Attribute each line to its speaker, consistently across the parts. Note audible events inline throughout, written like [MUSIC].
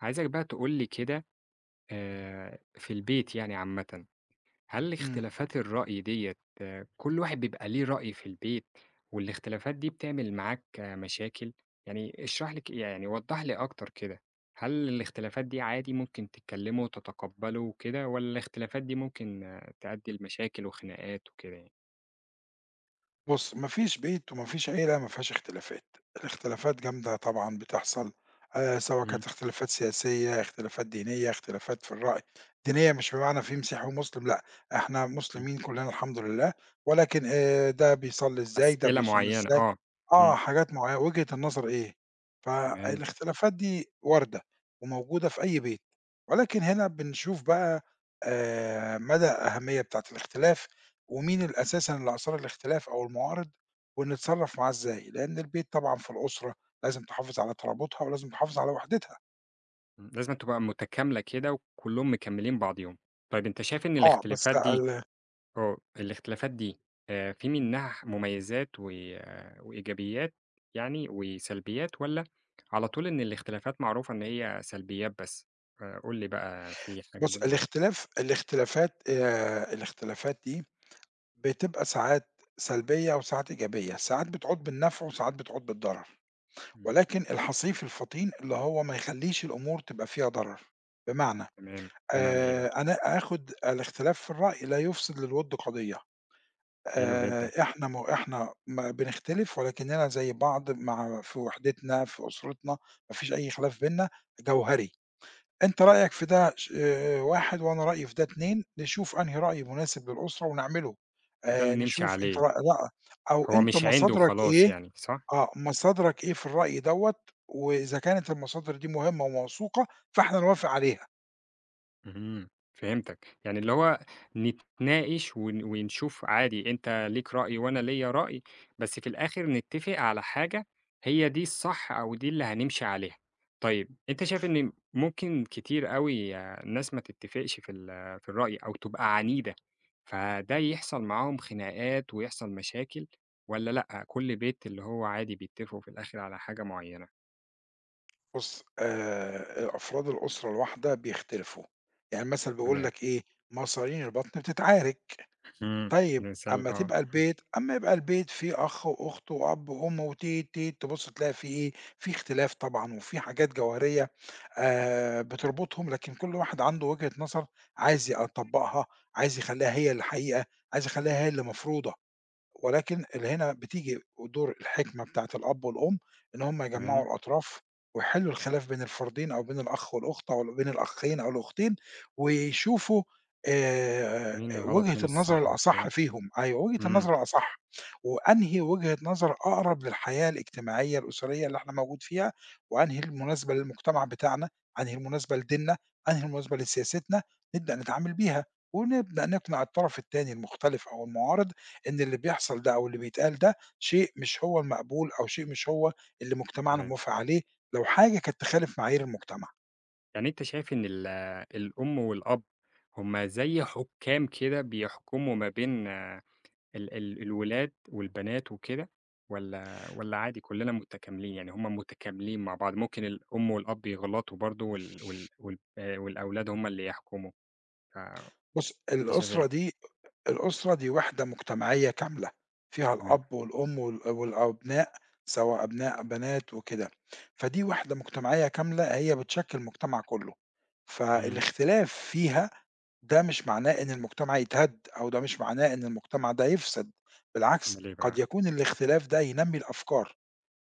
Speaker 1: عايزك بقى تقول لي كده، في البيت يعني عامةً، هل
Speaker 2: إمم.
Speaker 1: اختلافات الرأي ديّة كل واحد بيبقى ليه رأي في البيت، والاختلافات دي بتعمل معاك مشاكل؟ يعني اشرح لي ك يعني وضّح لي أكتر كده، هل الاختلافات دي عادي ممكن تتكلموا وتتقبلوا وكده، والّا الاختلافات دي ممكن تأدي لمشاكل وخناقات وكده يعني؟
Speaker 2: بُص، ما فيش بيت وما فيش عيلة ما فيهاش اختلافات، الاختلافات جامدة طبعًا بتحصل، سواء
Speaker 1: إمم.
Speaker 2: كانت اختلافات سياسية، اختلافات دينية، اختلافات في الرأي، دينية مش بمعنى في مسيحي ومسلم لأ، إحنا
Speaker 1: إمم.
Speaker 2: مسلمين كلنا الحمد لله، ولكن ده بيصلّي إزاي، ده
Speaker 1: أسئلة
Speaker 2: بيصوم
Speaker 1: معينة
Speaker 2: إزاي،
Speaker 1: آه.
Speaker 2: آه،
Speaker 1: إمم.
Speaker 2: حاجات معيّنة، وجهة النظر إيه،
Speaker 1: تمام.
Speaker 2: فالاختلافات دي واردة وموجودة في أي بيت، ولكن هنا بنشوف بقى مدى الأهمية بتاعة الاختلاف ومين أساسًا اللي أثار الاختلاف أو المعارض، ونتصرّف معاه إزاي، لإن البيت طبعًا في الأسرة لازم تحافظ على ترابطها ولازم تحافظ على وحدتها.
Speaker 1: إمم، لازمًا تبقى متكاملة كده وكلّهم مكملين بعضيهم. طيب أنت شايف إن
Speaker 2: آه، بس
Speaker 1: الاختلافات دي
Speaker 2: ال
Speaker 1: الاختلافات دي في منها مميزات و وإيجابيات يعني وسلبيات، والّا على طول إن الاختلافات معروفة إن هي سلبيات بس؟ فقُل لي بقى في حاجة
Speaker 2: بُص
Speaker 1: بينهم والّا لأ؟
Speaker 2: الاختلاف الاختلافات آآ، الاختلافات دي بتبقى ساعات سلبية وساعات إيجابية، ساعات بتعود بالنفع وساعات بتعود بالضرر،
Speaker 1: إمم.
Speaker 2: ولكن الحصيف الفطين اللي هو ما يخلّيش الأمور تبقى فيها ضرر، بمعنى
Speaker 1: تمام. بمعنى إيه بقى؟
Speaker 2: أنا آخُد الاختلاف في الرأي لا يفسد للوِد قضية.
Speaker 1: حلو جدًا.
Speaker 2: إحنا ما هو إحنا ما بنختلف ولكننا زي بعض مع في وحدتنا، في أسرتنا، ما فيش أي خلاف بيننا جوهري. أنت رأيك في ده ش 1 وأنا رأيي في ده 2، نشوف أنهي رأي مناسب للأسرة ونعمله.
Speaker 1: وده اللي نمشي
Speaker 2: نشوف أنت
Speaker 1: عليه.
Speaker 2: رأ لأ، أو
Speaker 1: هو
Speaker 2: أنت
Speaker 1: مش عِند
Speaker 2: مصادرك
Speaker 1: وخلاص
Speaker 2: إيه
Speaker 1: يعني، صح؟
Speaker 2: آه، مصادرك إيه في الرأي دوّة وإذا كانت المصادر دي مهمة وموثوقة، فإحنا نوافق عليها.
Speaker 1: اهم، فهمتك، يعني اللي هو نتناقش ونشوف عادي أنت ليك رأي وأنا ليّا رأي، بس في الآخر نتفق على حاجة هي دي الصح أو دي اللي هنمشي عليها. طيب أنت شايف إن ممكن كتير أوي ناس ما تتفقش في الرأي أو تبقى عنيدة، فده يحصل معاهم خناقات ويحصل مشاكل، والّا لأ، كل بيت اللي هو عادي بيتفقوا في الآخر على حاجة معينة؟
Speaker 2: بُص، أفراد الأسرة الواحدة بيختلفوا، يعني المثل بيقول
Speaker 1: تمام.
Speaker 2: لك إيه، مصارين البطن بتتعارك،
Speaker 1: إمم.
Speaker 2: طيب
Speaker 1: مثال آه.
Speaker 2: أمّا يبقى البيت فيه أخ وأخت وأب وأم وتيت، تيت، تبُص تلاقي في إيه، في اختلاف طبعًا وفي حاجات جوهرية بتربطهم، لكن كل واحد عنده وجهة نظر عايز يطبّقها، عايز يخلّيها هي الحقيقة، عايز يخلّيها هي اللي مفروضة. ولكن اللي هنا بتيجي دور الحكمة بتاعة الأب والأم إن هم
Speaker 1: تمام.
Speaker 2: يجمّعوا الأطراف ويحلّوا الخلاف بين الفردين أو بين الأخ والأخت أو بين الأخين أو الأختين ويشوفوا آآ
Speaker 1: مين الغلط
Speaker 2: وجهة
Speaker 1: مين
Speaker 2: النظر
Speaker 1: الصح وكده؟
Speaker 2: الأصح فيهم، أيوه، وجهة
Speaker 1: إمم.
Speaker 2: النظر الأصح، وأنهي وجهة نظر أقرب للحياة الاجتماعية الأسرية اللي إحنا موجود فيها، وأنهي المناسبة للمجتمع بتاعنا، أنهي المناسبة لديننا، أنهي المناسبة لسياستنا، نبدأ نتعامل بيها ونبدأ نقنع الطرف التاني المختلف أو المعارض إن اللي بيحصل ده أو اللي بيتقال ده شيء مش هو المقبول أو شيء مش هو اللي مجتمعنا
Speaker 1: تمام.
Speaker 2: موافق عليه، لو حاجة كانت تخالف معايير المجتمع.
Speaker 1: يعني أنت شايف إن الأم والأب هُم زي حُكّام كده بيحكموا ما بين ال ال الولاد والبنات وكده، والّا عادي كُلّنا متكاملين، يعني هُم متكاملين مع بعض، ممكن الأم والأب يغلطوا برضه والأولاد هُم اللي يحكموا. فأنت
Speaker 2: بُص،
Speaker 1: شايف إيه؟
Speaker 2: الأسرة دي وحدة مجتمعية كاملة، فيها
Speaker 1: تمام.
Speaker 2: الأب والأم والأبناء، سواء أبناء، بنات وكده، فدي وحدة مجتمعية كاملة هي بتشكل المجتمع كله،
Speaker 1: إمم.
Speaker 2: فالاختلاف فيها ده مش معناه إن المجتمع يتهد أو ده مش معناه إن المجتمع ده يفسد، بالعكس
Speaker 1: أُمّال إيه بقى؟
Speaker 2: قد يكون الاختلاف ده ينمي الأفكار.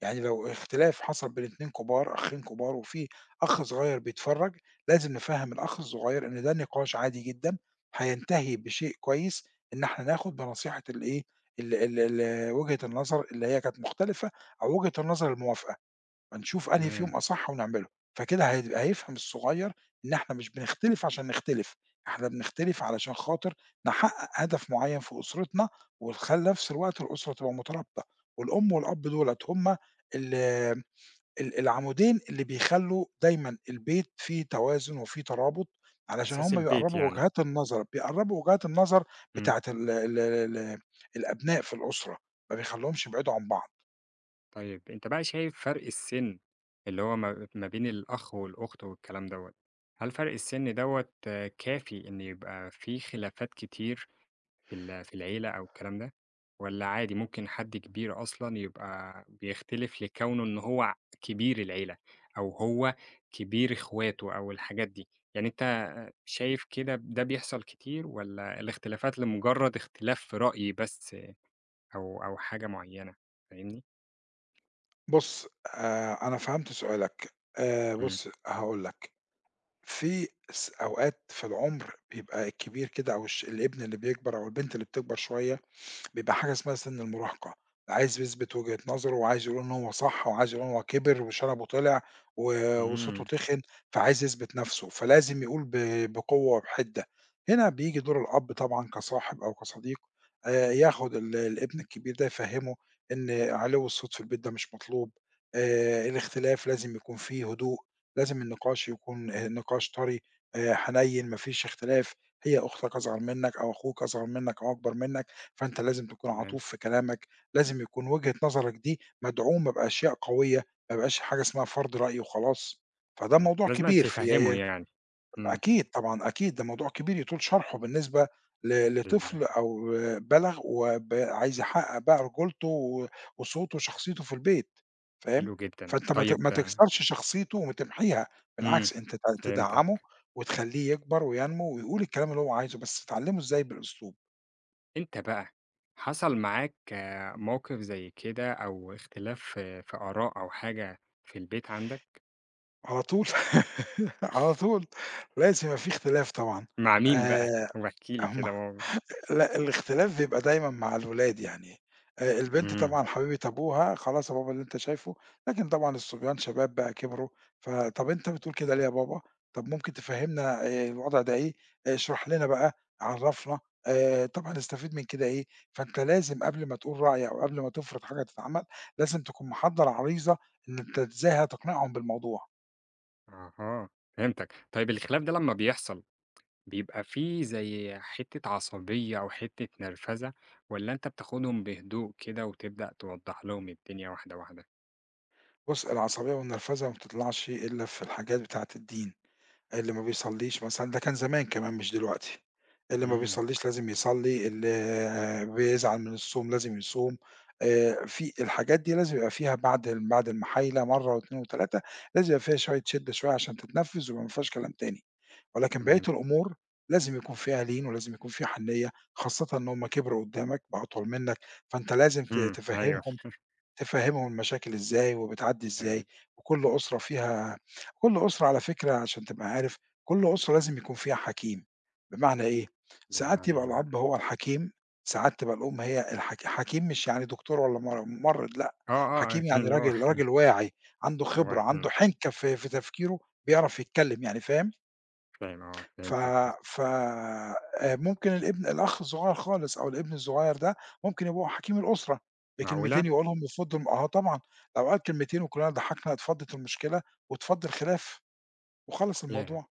Speaker 2: يعني لو اختلاف حصل بين 2 كبار، أخين كبار وفي أخ صغير بيتفرّج، لازم نفهّم الأخ الصغير إن ده نقاش عادي جدًا، هينتهي بشيء كويس إن إحنا ناخد بنصيحة الإيه، ال ال ال وجهة النظر اللي هي كانت مختلفة أو وجهة النظر الموافقة. هنشوف أنهي
Speaker 1: تمام،
Speaker 2: فيهم أصح ونعمله، فكده هيبقى هيفهم الصغير إن إحنا مش بنختلف عشان نختلف، إحنا بنختلف علشان خاطر نحقق هدف معين في أسرتنا نفس الوقت الأسرة تبقى مترابطة، والأم والأب دُولة هم ال ال العمودين اللي بيخلّوا دايمًا البيت فيه توازن وفيه ترابط، علشان
Speaker 1: أساس
Speaker 2: هم
Speaker 1: البيت
Speaker 2: بيقرّبوا
Speaker 1: يعني.
Speaker 2: وجهات النظر
Speaker 1: إمم.
Speaker 2: بتاعة ال ال ال الأبناء في الأسرة، ما بيخلّوهمش يبعدوا عن بعض.
Speaker 1: طيب أنت بقى شايف فرق السِن اللي هو ما بين الأخ والأخت والكلام دوّة، هل فرق السِن دوّة كافي إن يبقى في خلافات كتير في العيلة أو الكلام ده، والّا عادي ممكن حد كبير أصلًا يبقى بيختلف لكونه إن هو كبير العيلة أو هو كبير إخواته أو الحاجات دي؟ يعني أنت شايف كده ده بيحصل كتير، والّا الاختلافات لمجرد اختلاف في رأي بس أو حاجة معيّنة؟ فاهمني؟
Speaker 2: بُص، أنا فهمت سؤالك.
Speaker 1: إمم.
Speaker 2: بُص، هاقول لك، في س أوقات في العُمر بيبقى الكبير كده أو الابن اللي بيكبر أو البنت اللي بتكبر شوية بيبقى حاجة اسمها سِن المراهقة، عايز يثبت وجهة نظره وعايز يقول إن هو صح وعايز يقول إن هو كِبِر وشنبه طلع و وصوته
Speaker 1: إمم.
Speaker 2: تخِن، فعايز يثبت نَفْسه، فلازم يقول بقوة وبحِدّة. هنا بييجي دور الأب طبعًا كصاحب أو كصديق ياخُد الابن الكبير ده يفهِّمه إن عِلِو الصوت في البيت ده مش مطلوب، الاختلاف لازم يكون فيه هدوء، لازم النقاش يكون نقاش طَري، حنيّن ما فيش اختلاف، هي أختك أصغر منّك أو أخوك أصغر منّك أو أكبر منّك، فأنت لازم تكون
Speaker 1: تمام.
Speaker 2: عطوف في كلامك، لازم يكون وجهة نظرك دي مدعومة بأشياء قوية، ما يبقاش حاجة اسمها فرض رأي وخلاص، فده
Speaker 1: إمم،
Speaker 2: موضوع
Speaker 1: لازمًا
Speaker 2: كبير
Speaker 1: تفهّمه
Speaker 2: في
Speaker 1: يعني. إمم.
Speaker 2: أكيد طبعًا، أكيد ده موضوع كبير يطول شرحه بالنسبة
Speaker 1: لل
Speaker 2: لطفل أو بَلَغ وب عايز يحقق بقى رجولته وصوته وشخصيته في البيت، فاهم؟
Speaker 1: حلو جدًا.
Speaker 2: فأنت
Speaker 1: طيب
Speaker 2: ما تكسرش شخصيته وتمحيها،
Speaker 1: إمم،
Speaker 2: بالعكس أنت تدعمه
Speaker 1: فهمتك.
Speaker 2: وتخليه يكبر وينمو ويقول الكلام اللي هو عايزه، بس تعلمه إزاي بالأسلوب.
Speaker 1: أنت بقى حصل معاك موقف زي كده أو اختلاف في آراء أو حاجة في البيت عندك؟
Speaker 2: على طول، [LAUGHS] على طول، لازم يبقى في اختلاف طبعًا،
Speaker 1: مع مين بقى؟
Speaker 2: آآ
Speaker 1: واحكِ لي
Speaker 2: هم
Speaker 1: كده
Speaker 2: لأ الاختلاف بيبقى دايمًا مع الولاد يعني، البنت
Speaker 1: إمم.
Speaker 2: طبعًا حبيبة أبوها، خلاص يا بابا اللي أنت شايفه، لكن طبعًا الصبيان شباب بقى كبروا، فطَب أنت بتقول كده ليه يا بابا؟ طَب ممكن تفهّمنا الوضع ده إيه؟ آه، اشرح لنا بقى، عرّفنا، طَب هنستفيد من كده إيه؟ فأنت لازم قبل ما تقول رأي أو قبل ما تفرض حاجة تتعمل، لازم تكون محضّر عريزة إن أنت إزاي هتقنعهم بالموضوع.
Speaker 1: أها، فهمتك. طيب الخلاف ده لمّا بيحصل بيبقى في زي حتّة عصبية أو حتّة نرفزة، والّا أنت بتاخدهم بهدوء كده وتبدأ توضّح لهم الدنيا واحدة واحدة؟
Speaker 2: بُص، العصبية والنرفزة ما بتطلعش إلا في الحاجات بتاعة الدين، اللي ما بيصلّيش مثلًا ده كان زمان كمان مش دلوقتي، اللي ما
Speaker 1: إمم.
Speaker 2: بيصلّيش لازم يصلّي، اللي آه، بيزعل من الصوم لازم يصوم، في الحاجات دي لازم يبقى فيها بعد المحايلة مرّة و2 و3 لازم يبقى فيها شوية شِدّة شوية عشان تتنفّذ وما فيهاش كلام تاني، ولكن بقية
Speaker 1: تمام.
Speaker 2: الأمور لازم يكون فيها لين ولازم يكون فيها حنيّة، خاصةً إن هُم كبروا قدّامك بقى أطول منك، فأنت لازم ت
Speaker 1: إمم. أيوه.
Speaker 2: تفهّمهم المشاكل إزاي وبتعدّي
Speaker 1: آآ،
Speaker 2: إزاي، وكل أسرة فيها كل أسرة على فكرة عشان تبقى عارف، كل أسرة لازم يكون فيها حكيم، بمعنى إيه، ساعات
Speaker 1: بمعنى
Speaker 2: يبقى
Speaker 1: إيه بقى؟
Speaker 2: الأب هو الحكيم، ساعات تبقى الأم هي حكيم مش يعني دكتور والّا ممرّض لأ، حكيم
Speaker 1: [LAUGHS]
Speaker 2: يعني
Speaker 1: اللي هو
Speaker 2: راجل واعي، عنده خبرة،
Speaker 1: إمم.
Speaker 2: عنده حنكة في تفكيره، بيعرف يتكلّم يعني فاهم؟
Speaker 1: فاهم آه،
Speaker 2: ف
Speaker 1: فهمتك قصدك.
Speaker 2: ف ممكن الأخ الصغير خالص أو الابن الصغير ده ممكن يبقوا حكيم الأسرة،
Speaker 1: معقولة!
Speaker 2: بكلمتين يقولهم يفضّوا آه طبعًا، لو قال كلمتين وكلنا ضحكنا اتفضّت المشكلة واتفضّ الخلاف وخلّص
Speaker 1: ياه!
Speaker 2: الموضوع.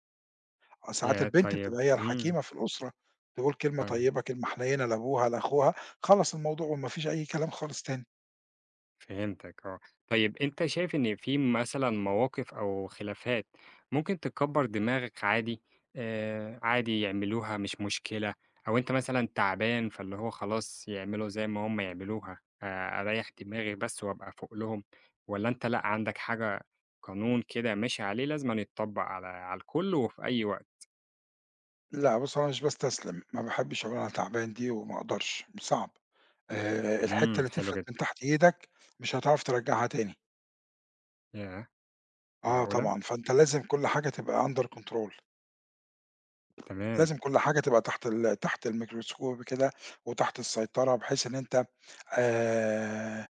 Speaker 2: آه ساعات
Speaker 1: ياه!
Speaker 2: البنت
Speaker 1: طيب
Speaker 2: بتبقى هي
Speaker 1: إمم.
Speaker 2: الحكيمة في الأسرة، تقول كلمة
Speaker 1: طيب.
Speaker 2: طيبة، كلمة حنينة لأبوها، لأخوها، خلّص الموضوع وما فيش أي كلام خالص تاني.
Speaker 1: فهمتك آه. طيب أنت شايف إن في مثلًا مواقف أو خلافات ممكن تكبّر دماغك عادي، عادي يعملوها مش مشكلة، أو أنت مثلًا تعبان فاللي هو خلاص يعملوا زي ما هم يعملوها، أريّح دماغي بس وأبقى فوق لهم، والّا أنت لأ عندك حاجة قانون كده ماشي عليه لازمًا يتطبّق على الكل وفي أي وقت؟
Speaker 2: لأ بُص أنا مش باستسلم، ما باحبش أقول أنا تعبان دي وما أقدرش، صعب. الحتّة
Speaker 1: إمم،
Speaker 2: اللي
Speaker 1: حلو
Speaker 2: تفلت
Speaker 1: جدًا.
Speaker 2: من تحت إيدك مش هتعرف ترجّعها تاني.
Speaker 1: ياه
Speaker 2: آه
Speaker 1: معقولة!
Speaker 2: طبعًا، فأنت لازم كل حاجة تبقى under control،
Speaker 1: تمام.
Speaker 2: لازم كل حاجة تبقى تحت تحت الميكروسكوب كده وتحت السيطرة، بحيث إن أنت آآ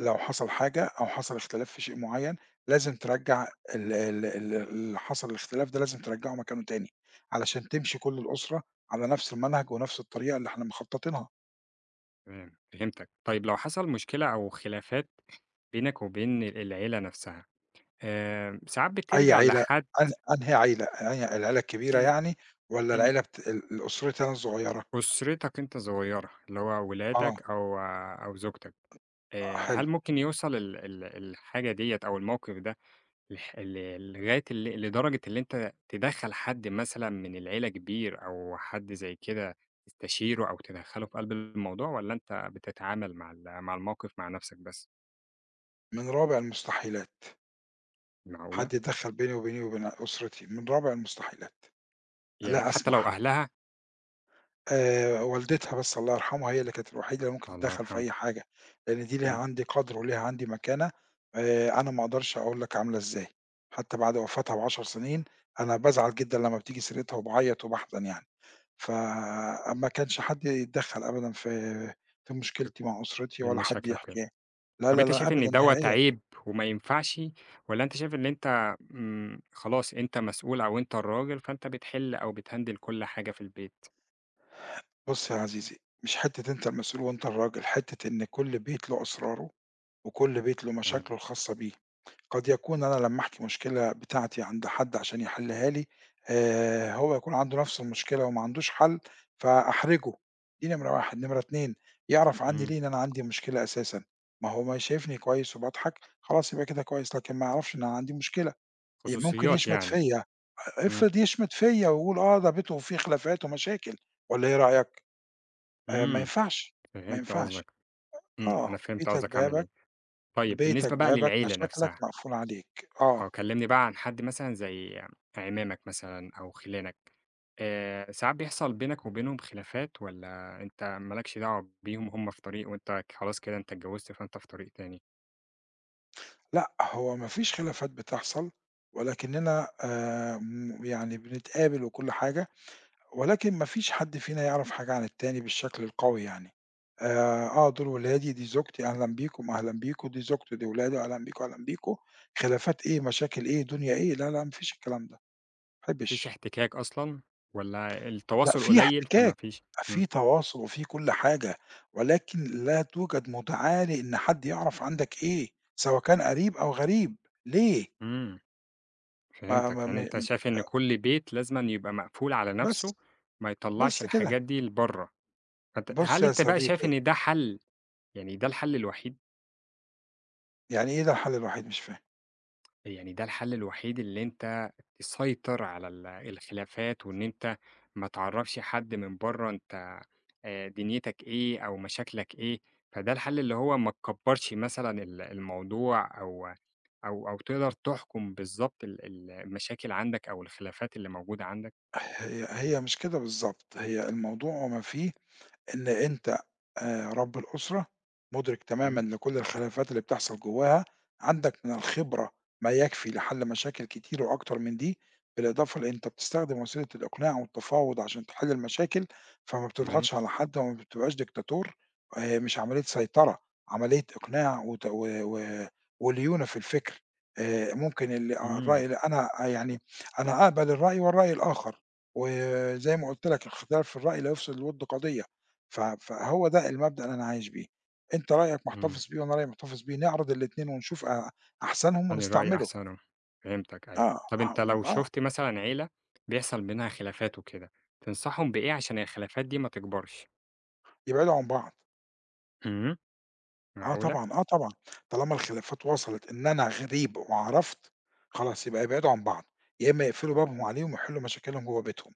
Speaker 2: لو حصل حاجة أو حصل اختلاف في شيء معيّن، لازم ترجّع ال ال ال اللي حصل الاختلاف ده لازم ترجّعه مكانه تاني، علشان تمشي كل الأسرة على نفس المنهج ونفس الطريقة اللي إحنا مخططينها.
Speaker 1: تمام، فهمتك. طيب لو حصل مشكلة أو خلافات بينك وبين العيلة نفسها، ساعات
Speaker 2: أي
Speaker 1: بترجع
Speaker 2: عيلة
Speaker 1: لحد
Speaker 2: أنهي عيلة، أنهي العيلة
Speaker 1: آآ
Speaker 2: الكبيرة يعني والّا
Speaker 1: ال
Speaker 2: العيلة بت ال أسرتي أنا الصغيرة؟
Speaker 1: أسرتك أنت صغيرة، اللي هو
Speaker 2: آه،
Speaker 1: ولادك أو أو زوجتك.
Speaker 2: حلو،
Speaker 1: هل ممكن يوصل ال ال الحاجة ديّة أو الموقف ده لح ل لغاية لدرجة اللي أنت تدخّل حد مثلًا من العيلة كبير أو حد زي كده تستشيره أو تدخّله في قلب الموضوع، والّا أنت بتتعامل مع مع الموقف مع نفسك بس؟
Speaker 2: من رابع المستحيلات.
Speaker 1: معقولة؟
Speaker 2: حد يتدخّل بيني وبين أسرتي، من رابع المستحيلات،
Speaker 1: ياه!
Speaker 2: لا
Speaker 1: حتى لو
Speaker 2: أسمح.
Speaker 1: أهلها؟
Speaker 2: والدتها بس الله يرحمها هي اللي كانت الوحيدة اللي ممكن
Speaker 1: الله
Speaker 2: تتدخّل في
Speaker 1: يرحمها.
Speaker 2: أي حاجة، لإن دي ليها
Speaker 1: إمم.
Speaker 2: عندي قدْر وليها عندي مكانة أنا ما أقدرش أقول لك عاملة إزاي، حتى بعد وفاتها ب10 سنين أنا بازعل جدًا لمّا بتيجي سيرتها وباعيّط وباحزن يعني، فما كانش حد يتدخّل أبدًا في مشكلتي مع أسرتي
Speaker 1: من
Speaker 2: ولا حد
Speaker 1: مشاكلك وكده.
Speaker 2: يحكي لا،
Speaker 1: طب
Speaker 2: لا،
Speaker 1: أنت
Speaker 2: لا
Speaker 1: شايف
Speaker 2: أبدًا
Speaker 1: إن دوّة
Speaker 2: نهائيًا.
Speaker 1: عيب وما ينفعش، والّا أنت شايف إن أنت إمم، خلاص أنت مسؤول أو أنت الراجل فأنت بتحِل أو بتهندل كل حاجة في البيت؟
Speaker 2: بُص يا عزيزي، مش حتّة أنت المسؤول وأنت الراجل، حتّة إن كل بيت له أسراره وكل بيت له
Speaker 1: تمام.
Speaker 2: مشاكله الخاصة بيه. قد يكون أنا لمّا أحكي مشكلة بتاعتي عند حد عشان يحلّها لي، هو يكون عنده نفس المشكلة وما عندوش حَل، فأحرجه، دي نمرة 1. نمرة 2 يعرف عنّي
Speaker 1: إمم،
Speaker 2: ليه إن أنا عندي مشكلة أساسًا، ما هو ما شايفني كويس وباضحك، خلاص يبقى كده كويس، لكن ما يعرفش إن أنا عندي مشكلة، ممكن
Speaker 1: خصوصيات
Speaker 2: يشمت
Speaker 1: يعني.
Speaker 2: فيّا،
Speaker 1: إمم.
Speaker 2: افرض يشمت فيّا ويقول آه ده بيته فيه خلافات ومشاكل والّا إيه رأيك؟ ما
Speaker 1: إمم،
Speaker 2: ينفعش، ما
Speaker 1: فهمت
Speaker 2: ينفعش،
Speaker 1: قصدك. إمم، أنا
Speaker 2: آه،
Speaker 1: فهمت
Speaker 2: بيتك
Speaker 1: قصدك عامل إيه.
Speaker 2: بابك،
Speaker 1: طيب
Speaker 2: بيتك
Speaker 1: بالنسبة بقى
Speaker 2: بابك،
Speaker 1: للعيلة
Speaker 2: مشاكلك
Speaker 1: نفسها،
Speaker 2: مقفول عليك، آه،
Speaker 1: آه، كلّمني بقى عن حد مثلًا زي عمامك مثلًا أو خِلانك، ساعات بيحصل بينك وبينهم خلافات، والّا أنت ما لكش دعوة بيهم هُم في طريق وأنت خلاص كده أنت اتجوّزت فأنت في طريق تاني،
Speaker 2: لأ هو ما فيش خلافات بتحصل، ولكننا م يعني بنتقابل وكل حاجة، ولكن ما فيش حد فينا يعرف حاجة عن التاني بالشكل القوي يعني، آه دول ولادي، دي زوجتي، أهلًا بيكم، أهلًا بيكم، دي زوجتي، دي ولادي، أهلًا بيكم، أهلًا بيكم، خلافات إيه، مشاكل إيه، دنيا إيه، لا، لا ما فيش الكلام ده، ما
Speaker 1: ما فيش
Speaker 2: أحبش.
Speaker 1: احتكاك أصلًا والّا
Speaker 2: لأ،
Speaker 1: التواصل
Speaker 2: في
Speaker 1: قليل فما
Speaker 2: احتكاك،
Speaker 1: فيش؟ إمم.
Speaker 2: في تواصل وفي كل حاجة، ولكن لا توجد مُدعاة لإن حد يعرف عندك إيه، سواء كان قريب أو غريب، ليه؟
Speaker 1: إمم،
Speaker 2: ما
Speaker 1: فهمتك.
Speaker 2: ما م
Speaker 1: يعني أنت
Speaker 2: م
Speaker 1: شايف إن كل بيت لازمًا يبقى مقفول على
Speaker 2: بس،
Speaker 1: نَفْسه ما يطلّعش
Speaker 2: بس كده.
Speaker 1: الحاجات دي لبرّه، فأنت
Speaker 2: بُص
Speaker 1: هل
Speaker 2: يا
Speaker 1: أنت بقى شايف
Speaker 2: صديقي،
Speaker 1: إن ده حَل، يعني ده الحَل الوحيد؟
Speaker 2: يعني إيه ده الحل الوحيد؟ مش فاهم.
Speaker 1: يعني ده الحل الوحيد اللي أنت تسيطر على الخلافات وإن أنت ما تعرّفش حد من برّه أنت دنيتك إيه أو مشاكلك إيه، فده الحل اللي هو ما تكبّرش مثلًا الموضوع أو أو تقدر تحكُم بالضبط ال ال المشاكل عندك أو الخلافات اللي موجودة عندك.
Speaker 2: هي مش كده بالضبط، هي الموضوع وما فيه إن أنت رب الأسرة، مُدرِك تمامًا
Speaker 1: إمم.
Speaker 2: لكل الخلافات اللي بتحصل جواها، عندك من الخبرة ما يكفي لحل مشاكل كتير وأكتر من دي، بالإضافة لأنت بتستخدم وسيلة الإقناع والتفاوض عشان تحل المشاكل، فما
Speaker 1: تمام.
Speaker 2: بتضغطش على حد وما بتبقاش ديكتاتور، مش عملية سيطرة، عملية إقناع وت و و وليونة في الفكر، ممكن ال آه،
Speaker 1: إمم.
Speaker 2: الرأي اللي أنا آه، يعني أنا أقبل الرأي والرأي الآخر، وزي ما قُلت لك الاختلاف في الرأي لا يفسد الوِد قضية. فهو ده المبدأ اللي أنا عايش بيه، أنت رأيك
Speaker 1: إمم.
Speaker 2: محتفظ بيه وأنا رأيي محتفظ بيه، نعرض الاتنين ونشوف أحسنهم
Speaker 1: أنهي الرأي
Speaker 2: ونستعمله،
Speaker 1: أحسن أهو. فهمتك أيوه.
Speaker 2: آه،
Speaker 1: طب
Speaker 2: آه،
Speaker 1: أنت لو
Speaker 2: م آه،
Speaker 1: شُفت مثلًا عيلة بيحصل بينها خلافات وكده، تنصحهم بإيه عشان الخلافات دي ما تكبرش؟
Speaker 2: يبعدوا عن بعض،
Speaker 1: إمم.
Speaker 2: آه
Speaker 1: معقولة!
Speaker 2: طبعًا، آه طبعًا، طالما الخلافات وصلت إن أنا غريب وعرفت، خلاص يبقى يبعدوا عن بعض، يا إما يقفلوا بابهم عليهم ويحلوا مشاكلهم جوّه بيتهم،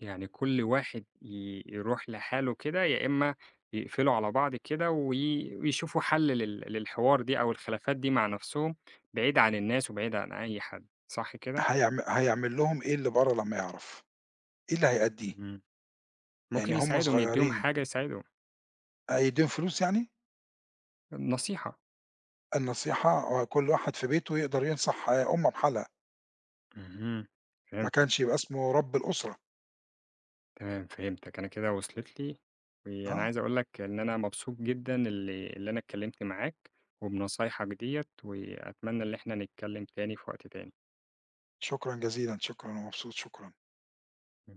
Speaker 1: يعني كل واحد يروح لحاله كده، يا إما يقفلوا على بعض كده ويشوفوا حل للحوار دي أو الخلافات دي مع نفسهم، بعيد عن الناس وبعيد عن أي حد، صح كده؟
Speaker 2: هيعمل لهم إيه اللي برّه لمّا يعرف؟ إيه اللي هيأديه؟
Speaker 1: اهم. ممكن
Speaker 2: يعني هُم
Speaker 1: يساعدهم، يدّيهم
Speaker 2: صغيرين
Speaker 1: حاجة يساعدهم،
Speaker 2: أيديهم فلوس يعني؟
Speaker 1: نصيحة.
Speaker 2: النصيحة هو كل واحد في بيته يقدر ينصح آه، أمه بحالها،
Speaker 1: اهم،
Speaker 2: ما
Speaker 1: فهمتك.
Speaker 2: كانش يبقى اسمه رب الأسرة.
Speaker 1: تمام، فهمتك، أنا كده وصلت لي، وأنا
Speaker 2: آه،
Speaker 1: عايز أقول لك إن أنا مبسوط جدًا اللي أنا اتكلمت معاك، وبنصايحك ديّة، وأتمنى إن إحنا نتكلم تاني في وقت تاني.
Speaker 2: شكرًا جزيلًا، شكرًا، أنا مبسوط، شكرًا.